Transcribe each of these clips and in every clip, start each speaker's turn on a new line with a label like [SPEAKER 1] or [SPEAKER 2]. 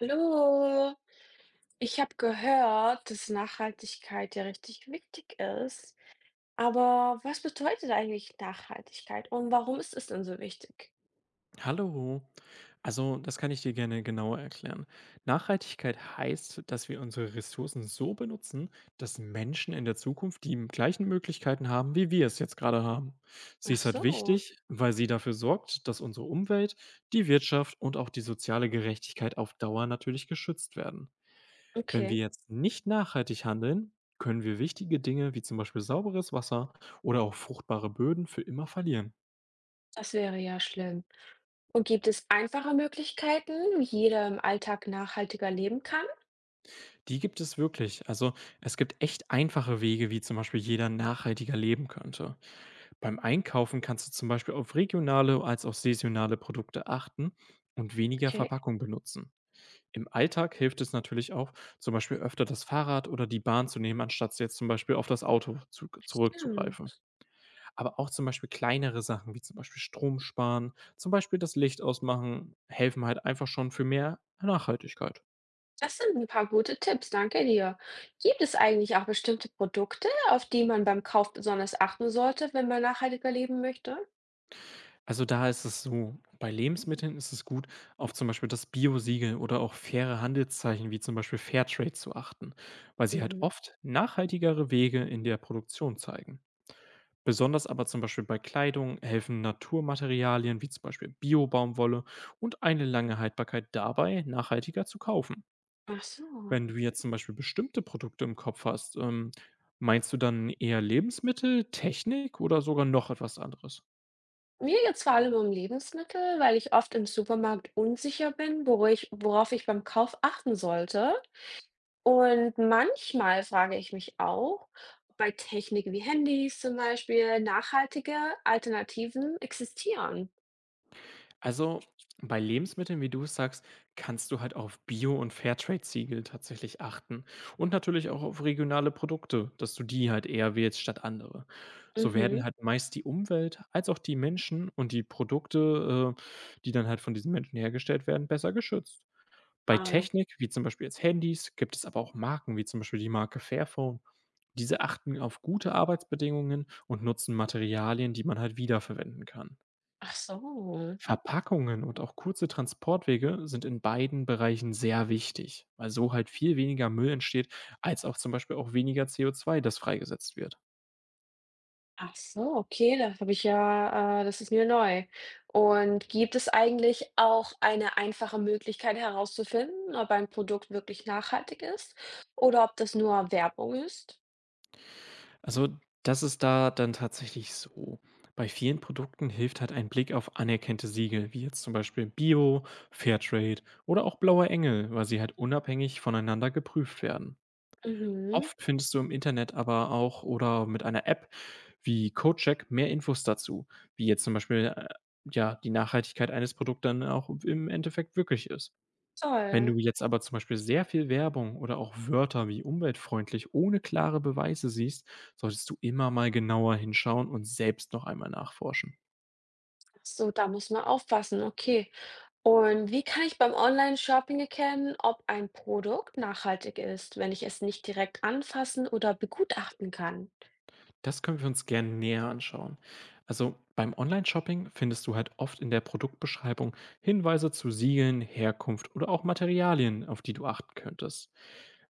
[SPEAKER 1] Hallo, ich habe gehört, dass Nachhaltigkeit ja richtig wichtig ist. Aber was bedeutet eigentlich Nachhaltigkeit und warum ist es denn so wichtig?
[SPEAKER 2] Hallo. Also, das kann ich dir gerne genauer erklären. Nachhaltigkeit heißt, dass wir unsere Ressourcen so benutzen, dass Menschen in der Zukunft die gleichen Möglichkeiten haben, wie wir es jetzt gerade haben. Sie
[SPEAKER 1] Ach
[SPEAKER 2] ist halt
[SPEAKER 1] so,
[SPEAKER 2] wichtig, weil sie dafür sorgt, dass unsere Umwelt, die Wirtschaft und auch die soziale Gerechtigkeit auf Dauer natürlich geschützt werden. Wenn wir
[SPEAKER 1] okay,
[SPEAKER 2] jetzt nicht nachhaltig handeln, können wir wichtige Dinge wie zum Beispiel sauberes Wasser oder auch fruchtbare Böden für immer verlieren.
[SPEAKER 1] das wäre ja schlimm. Und gibt es einfache Möglichkeiten, wie jeder im Alltag nachhaltiger leben kann?
[SPEAKER 2] Die gibt es wirklich. Also es gibt echt einfache Wege, wie zum Beispiel jeder nachhaltiger leben könnte. Beim Einkaufen kannst du zum Beispiel auf regionale als auch saisonale Produkte achten und weniger
[SPEAKER 1] Okay,
[SPEAKER 2] Verpackung benutzen. Im Alltag hilft es natürlich auch, zum Beispiel öfter das Fahrrad oder die Bahn zu nehmen, anstatt jetzt zum Beispiel auf das Auto zurückzugreifen.
[SPEAKER 1] stimmt.
[SPEAKER 2] Aber auch zum Beispiel kleinere Sachen, wie zum Beispiel Strom sparen, zum Beispiel das Licht ausmachen, helfen halt einfach schon für mehr Nachhaltigkeit.
[SPEAKER 1] Das sind ein paar gute Tipps, danke dir. Gibt es eigentlich auch bestimmte Produkte, auf die man beim Kauf besonders achten sollte, wenn man nachhaltiger leben möchte?
[SPEAKER 2] Also, da ist es so, bei Lebensmitteln ist es gut, auf zum Beispiel das Bio-Siegel oder auch faire Handelszeichen wie zum Beispiel Fairtrade zu achten, weil sie halt
[SPEAKER 1] Mhm.
[SPEAKER 2] oft nachhaltigere Wege in der Produktion zeigen. Besonders aber zum Beispiel bei Kleidung helfen Naturmaterialien wie zum Beispiel Bio-Baumwolle und eine lange Haltbarkeit dabei, nachhaltiger zu kaufen.
[SPEAKER 1] Ach so.
[SPEAKER 2] Wenn du jetzt zum Beispiel bestimmte Produkte im Kopf hast, meinst du dann eher Lebensmittel, Technik oder sogar noch etwas anderes?
[SPEAKER 1] Mir geht's vor allem um Lebensmittel, weil ich oft im Supermarkt unsicher bin, woro ich worauf ich beim Kauf achten sollte. Und manchmal frage ich mich auch, ob bei Technik wie Handys zum Beispiel nachhaltige Alternativen existieren.
[SPEAKER 2] Also bei Lebensmitteln, wie du es sagst, kannst du halt auf Bio- und Fairtrade-Siegel tatsächlich achten. Und natürlich auch auf regionale Produkte, dass du die halt eher wählst statt andere. So
[SPEAKER 1] Mhm.
[SPEAKER 2] werden halt meist die Umwelt als auch die Menschen und die Produkte, die dann halt von diesen Menschen hergestellt werden, besser geschützt. Bei
[SPEAKER 1] Ah,
[SPEAKER 2] Technik, wie zum Beispiel jetzt Handys, gibt es aber auch Marken, wie zum Beispiel die Marke Fairphone. Diese achten auf gute Arbeitsbedingungen und nutzen Materialien, die man halt wiederverwenden kann.
[SPEAKER 1] ach so.
[SPEAKER 2] Verpackungen und auch kurze Transportwege sind in beiden Bereichen sehr wichtig, weil so halt viel weniger Müll entsteht, als auch zum Beispiel auch weniger CO2, das freigesetzt wird.
[SPEAKER 1] Ach so, okay, das habe ich ja, das ist mir neu. Und gibt es eigentlich auch eine einfache Möglichkeit herauszufinden, ob ein Produkt wirklich nachhaltig ist oder ob das nur Werbung ist?
[SPEAKER 2] Also das ist da dann tatsächlich so. Bei vielen Produkten hilft halt ein Blick auf anerkannte Siegel, wie jetzt zum Beispiel Bio, Fairtrade oder auch Blauer Engel, weil sie halt unabhängig voneinander geprüft werden.
[SPEAKER 1] Mhm,
[SPEAKER 2] Oft findest du im Internet aber auch oder mit einer App wie CodeCheck mehr Infos dazu, wie jetzt zum Beispiel, ja, die Nachhaltigkeit eines Produkts dann auch im Endeffekt wirklich ist. Wenn
[SPEAKER 1] toll.
[SPEAKER 2] du jetzt aber zum Beispiel sehr viel Werbung oder auch Wörter wie umweltfreundlich ohne klare Beweise siehst, solltest du immer mal genauer hinschauen und selbst noch einmal nachforschen.
[SPEAKER 1] Ach so, da muss man aufpassen, okay. Und wie kann ich beim Online-Shopping erkennen, ob ein Produkt nachhaltig ist, wenn ich es nicht direkt anfassen oder begutachten kann?
[SPEAKER 2] Das können wir uns gerne näher anschauen. Also beim Online-Shopping findest du halt oft in der Produktbeschreibung Hinweise zu Siegeln, Herkunft oder auch Materialien, auf die du achten könntest.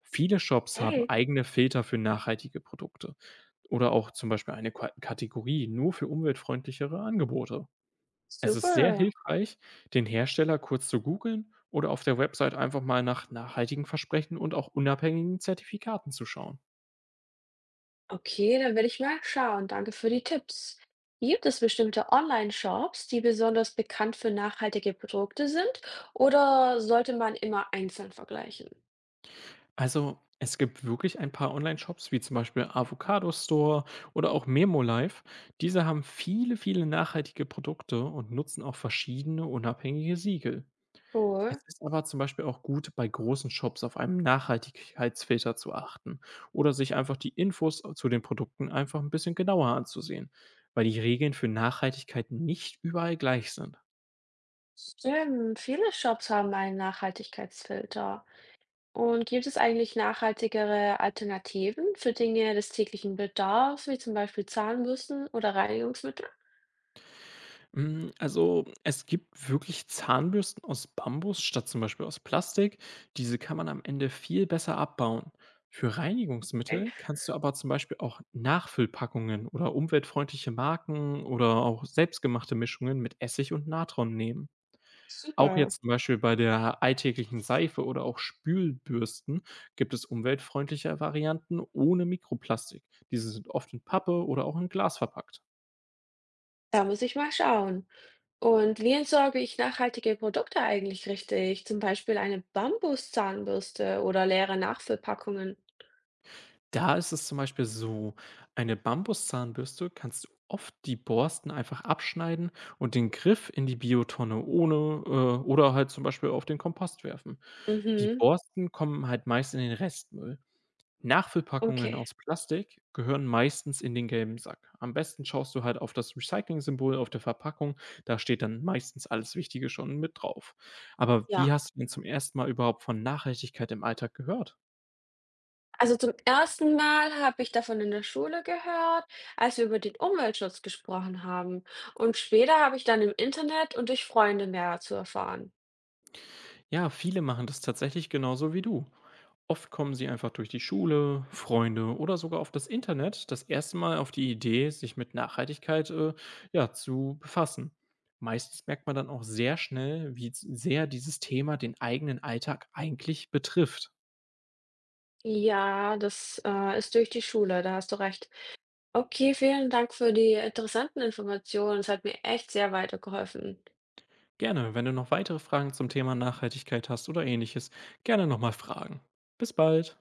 [SPEAKER 2] Viele Shops haben
[SPEAKER 1] Hey,
[SPEAKER 2] eigene Filter für nachhaltige Produkte oder auch zum Beispiel eine Kategorie nur für umweltfreundlichere Angebote. Es ist sehr
[SPEAKER 1] super.
[SPEAKER 2] hilfreich, den Hersteller kurz zu googeln oder auf der Website einfach mal nach nachhaltigen Versprechen und auch unabhängigen Zertifikaten zu schauen.
[SPEAKER 1] Okay, dann will ich mal schauen. Danke für die Tipps. Gibt es bestimmte Online-Shops, die besonders bekannt für nachhaltige Produkte sind, oder sollte man immer einzeln vergleichen?
[SPEAKER 2] Also, es gibt wirklich ein paar Online-Shops, wie zum Beispiel Avocado Store oder auch Memolife. Diese haben viele, viele nachhaltige Produkte und nutzen auch verschiedene unabhängige Siegel. Es
[SPEAKER 1] Cool.
[SPEAKER 2] ist aber zum Beispiel auch gut, bei großen Shops auf einen Nachhaltigkeitsfilter zu achten oder sich einfach die Infos zu den Produkten einfach ein bisschen genauer anzusehen, weil die Regeln für Nachhaltigkeit nicht überall gleich sind.
[SPEAKER 1] Stimmt, viele Shops haben einen Nachhaltigkeitsfilter. Und gibt es eigentlich nachhaltigere Alternativen für Dinge des täglichen Bedarfs, wie zum Beispiel Zahnbürsten oder Reinigungsmittel?
[SPEAKER 2] Also, es gibt wirklich Zahnbürsten aus Bambus statt zum Beispiel aus Plastik. Diese kann man am Ende viel besser abbauen. Für
[SPEAKER 1] Okay.
[SPEAKER 2] Reinigungsmittel kannst du aber zum Beispiel auch Nachfüllpackungen oder umweltfreundliche Marken oder auch selbstgemachte Mischungen mit Essig und Natron nehmen. Auch
[SPEAKER 1] Super.
[SPEAKER 2] jetzt zum Beispiel bei der alltäglichen Seife oder auch Spülbürsten gibt es umweltfreundliche Varianten ohne Mikroplastik. Diese sind oft in Pappe oder auch in Glas verpackt.
[SPEAKER 1] Da muss ich mal schauen. Und wie entsorge ich nachhaltige Produkte eigentlich richtig? Zum Beispiel eine Bambuszahnbürste oder leere Nachfüllpackungen.
[SPEAKER 2] Da ist es zum Beispiel so, eine Bambuszahnbürste kannst du oft die Borsten einfach abschneiden und den Griff in die Biotonne ohne äh, oder halt zum Beispiel auf den Kompost werfen. Die
[SPEAKER 1] Mhm,
[SPEAKER 2] Borsten kommen halt meist in den Restmüll. Nachfüllpackungen
[SPEAKER 1] okay.
[SPEAKER 2] aus Plastik gehören meistens in den gelben Sack. Am besten schaust du halt auf das Recycling-Symbol auf der Verpackung, da steht dann meistens alles Wichtige schon mit drauf. Aber wie
[SPEAKER 1] Ja.
[SPEAKER 2] hast du denn zum ersten Mal überhaupt von Nachhaltigkeit im Alltag gehört?
[SPEAKER 1] Also zum ersten Mal habe ich davon in der Schule gehört, als wir über den Umweltschutz gesprochen haben. Und später habe ich dann im Internet und durch Freunde mehr dazu erfahren.
[SPEAKER 2] Ja, viele machen das tatsächlich genauso wie du. Oft kommen sie einfach durch die Schule, Freunde oder sogar auf das Internet das erste Mal auf die Idee, sich mit Nachhaltigkeit ja, zu befassen. Meistens merkt man dann auch sehr schnell, wie sehr dieses Thema den eigenen Alltag eigentlich betrifft.
[SPEAKER 1] Ja, das ist durch die Schule, da hast du recht. Okay, vielen Dank für die interessanten Informationen. Es hat mir echt sehr weitergeholfen.
[SPEAKER 2] Gerne, wenn du noch weitere Fragen zum Thema Nachhaltigkeit hast oder ähnliches, gerne nochmal fragen. Bis bald!